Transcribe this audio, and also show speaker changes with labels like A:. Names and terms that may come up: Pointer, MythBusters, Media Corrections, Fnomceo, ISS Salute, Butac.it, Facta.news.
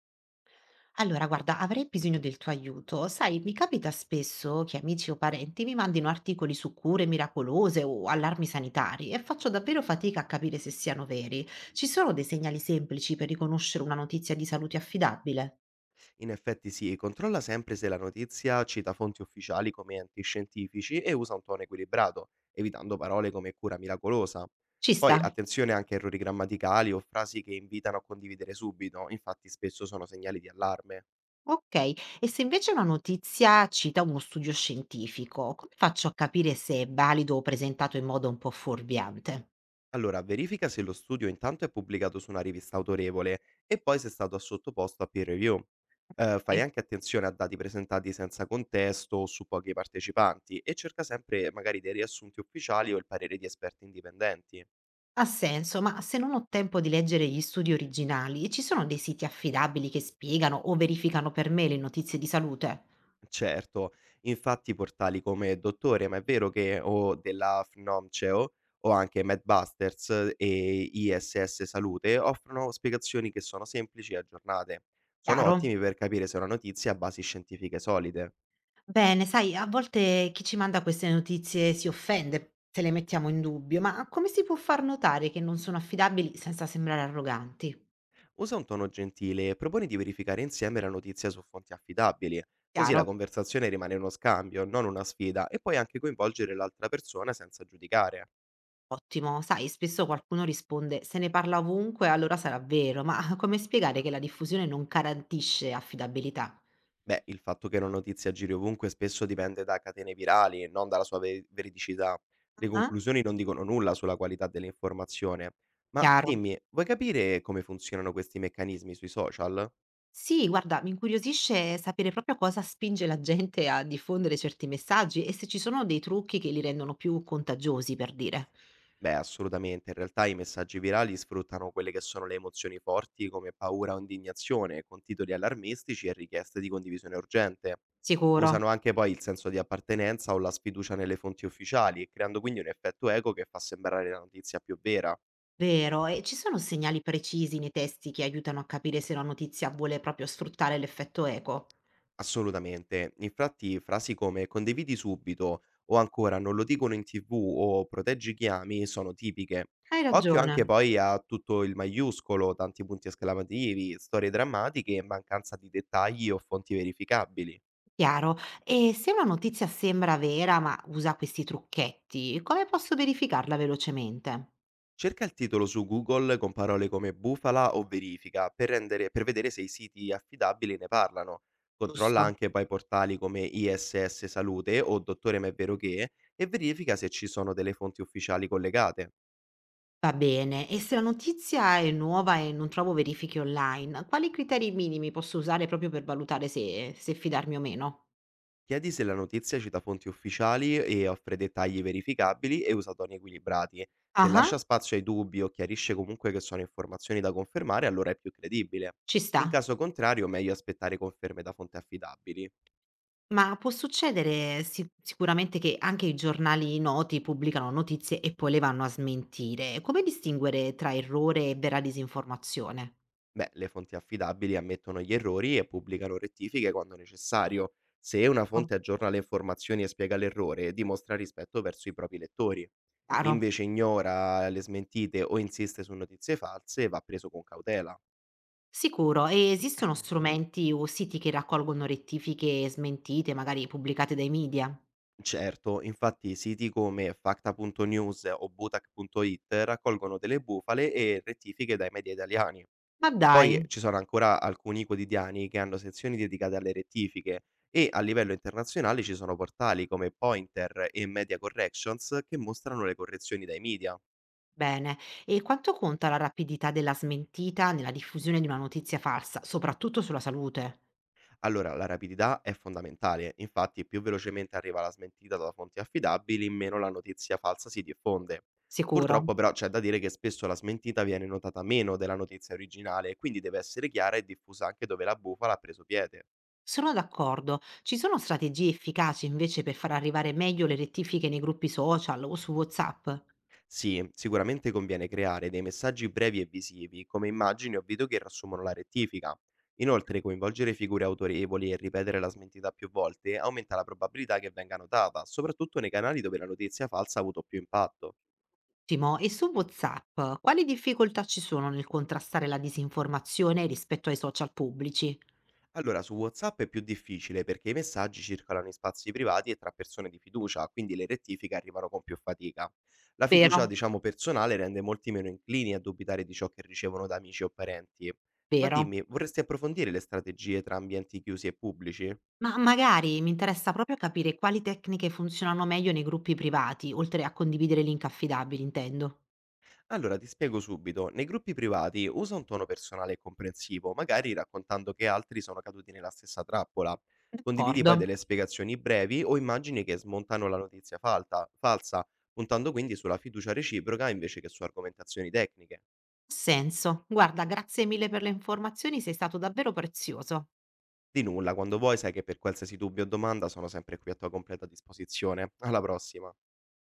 A: Allora, guarda, avrei bisogno del tuo aiuto. Sai, mi capita spesso che amici o parenti mi mandino articoli su cure miracolose o allarmi sanitari e faccio davvero fatica a capire se siano veri. Ci sono dei segnali semplici per riconoscere una notizia di salute affidabile?
B: In effetti sì, controlla sempre se la notizia cita fonti ufficiali come enti scientifici e usa un tono equilibrato, evitando parole come cura miracolosa.
A: Ci
B: Poi
A: sta.
B: attenzione anche a errori grammaticali o frasi che invitano a condividere subito, infatti spesso sono segnali di allarme.
A: Ok, e se invece una notizia cita uno studio scientifico, come faccio a capire se è valido o presentato in modo un po' fuorviante?
B: Allora, verifica se lo studio intanto è pubblicato su una rivista autorevole e poi se è stato sottoposto a peer review. Fai anche attenzione a dati presentati senza contesto o su pochi partecipanti e cerca sempre magari dei riassunti ufficiali o il parere di esperti indipendenti.
A: Ha senso, ma se non ho tempo di leggere gli studi originali, ci sono dei siti affidabili che spiegano o verificano per me le notizie di salute?
B: Certo, infatti portali come Dottore, ma è vero che o della Fnomceo o anche MythBusters e ISS Salute offrono spiegazioni che sono semplici e aggiornate. Sono
A: Chiaro?
B: ottimi per capire se una notizia ha basi scientifiche solide.
A: Bene, sai, a volte chi ci manda queste notizie si offende se le mettiamo in dubbio, ma come si può far notare che non sono affidabili senza sembrare arroganti?
B: Usa un tono gentile e proponi di verificare insieme la notizia su fonti affidabili, così
A: Chiaro?
B: la conversazione rimane uno scambio, non una sfida, e puoi anche coinvolgere l'altra persona senza giudicare.
A: Ottimo, sai, spesso qualcuno risponde se ne parla ovunque, allora sarà vero, ma come spiegare che la diffusione non garantisce affidabilità?
B: Beh, il fatto che una notizia giri ovunque spesso dipende da catene virali e non dalla sua veridicità. Le
A: Ah, ah.
B: conclusioni non dicono nulla sulla qualità dell'informazione. Ma
A: Chiaro.
B: dimmi, vuoi capire come funzionano questi meccanismi sui social?
A: Sì, guarda, mi incuriosisce sapere proprio cosa spinge la gente a diffondere certi messaggi e se ci sono dei trucchi che li rendono più contagiosi, per dire.
B: Beh, assolutamente, in realtà i messaggi virali sfruttano quelle che sono le emozioni forti come paura o indignazione, con titoli allarmistici e richieste di condivisione urgente.
A: Sicuro,
B: Usano anche poi il senso di appartenenza o la sfiducia nelle fonti ufficiali, creando quindi un effetto eco che fa sembrare la notizia più vera.
A: vero. E ci sono segnali precisi nei testi che aiutano a capire se una notizia vuole proprio sfruttare l'effetto eco?
B: Assolutamente. Infatti frasi come "condividi subito" o ancora "non lo dicono in TV" o "proteggi chi ami" sono tipiche.
A: Hai
B: Occhio
A: ragione,
B: anche poi a tutto il maiuscolo, tanti punti esclamativi, storie drammatiche e mancanza di dettagli o fonti verificabili.
A: chiaro. E se una notizia sembra vera ma usa questi trucchetti, come posso verificarla velocemente?
B: Cerca il titolo su Google con parole come bufala o verifica per per vedere se i siti affidabili ne parlano. Controlla
A: Giusto.
B: anche poi portali come ISS Salute o Dottore Ma è vero che e verifica se ci sono delle fonti ufficiali collegate.
A: Va bene, e se la notizia è nuova e non trovo verifiche online, quali criteri minimi posso usare proprio per valutare se fidarmi o meno?
B: Chiedi se la notizia cita fonti ufficiali e offre dettagli verificabili e usa toni equilibrati. Se
A: Ah,
B: lascia spazio ai dubbi o chiarisce comunque che sono informazioni da confermare, allora è più credibile.
A: ci
B: In
A: sta.
B: caso contrario, meglio aspettare conferme da fonti affidabili.
A: Ma può succedere sicuramente che anche i giornali noti pubblicano notizie e poi le vanno a smentire. Come distinguere tra errore e vera disinformazione?
B: Beh, le fonti affidabili ammettono gli errori e pubblicano rettifiche quando necessario. Se una
A: Oh,
B: fonte aggiorna le informazioni e spiega l'errore, dimostra rispetto verso i propri lettori. Chi
A: chiaro.
B: invece ignora le smentite o insiste su notizie false va preso con cautela.
A: Sicuro, e esistono strumenti o siti che raccolgono rettifiche e smentite, magari pubblicate dai media?
B: Certo, infatti siti come Facta.news o Butac.it raccolgono delle bufale e rettifiche dai media italiani.
A: Ma dai.
B: Poi ci sono ancora alcuni quotidiani che hanno sezioni dedicate alle rettifiche e a livello internazionale ci sono portali come Pointer e Media Corrections che mostrano le correzioni dai media.
A: Bene, e quanto conta la rapidità della smentita nella diffusione di una notizia falsa, soprattutto sulla salute?
B: Allora, la rapidità è fondamentale, infatti più velocemente arriva la smentita da fonti affidabili, meno la notizia falsa si diffonde.
A: Sicuro?
B: Purtroppo però c'è da dire che spesso la smentita viene notata meno della notizia originale, quindi deve essere chiara e diffusa anche dove la bufala ha preso piede.
A: Sono d'accordo. Ci sono strategie efficaci invece per far arrivare meglio le rettifiche nei gruppi social o su WhatsApp?
B: Sì, sicuramente conviene creare dei messaggi brevi e visivi, come immagini o video che riassumono la rettifica. Inoltre, coinvolgere figure autorevoli e ripetere la smentita più volte aumenta la probabilità che venga notata, soprattutto nei canali dove la notizia falsa ha avuto più impatto.
A: Timo, e su WhatsApp, quali difficoltà ci sono nel contrastare la disinformazione rispetto ai social pubblici?
B: Allora, su WhatsApp è più difficile perché i messaggi circolano in spazi privati e tra persone di fiducia, quindi le rettifiche arrivano con più fatica. La fiducia,
A: Vero,
B: diciamo, personale rende molti meno inclini a dubitare di ciò che ricevono da amici o parenti. Ma
A: vero.
B: dimmi, vorresti approfondire le strategie tra ambienti chiusi e pubblici?
A: Ma magari mi interessa proprio capire quali tecniche funzionano meglio nei gruppi privati, oltre a condividere link affidabili, intendo.
B: Allora, ti spiego subito. Nei gruppi privati usa un tono personale e comprensivo, magari raccontando che altri sono caduti nella stessa trappola. Condividi
A: D'accordo,
B: poi
A: ha
B: delle spiegazioni brevi o immagini che smontano la notizia falsa, puntando quindi sulla fiducia reciproca invece che su argomentazioni tecniche.
A: senso. Guarda, grazie mille per le informazioni, sei stato davvero prezioso.
B: Di nulla, quando vuoi sai che per qualsiasi dubbio o domanda sono sempre qui a tua completa disposizione. Alla prossima!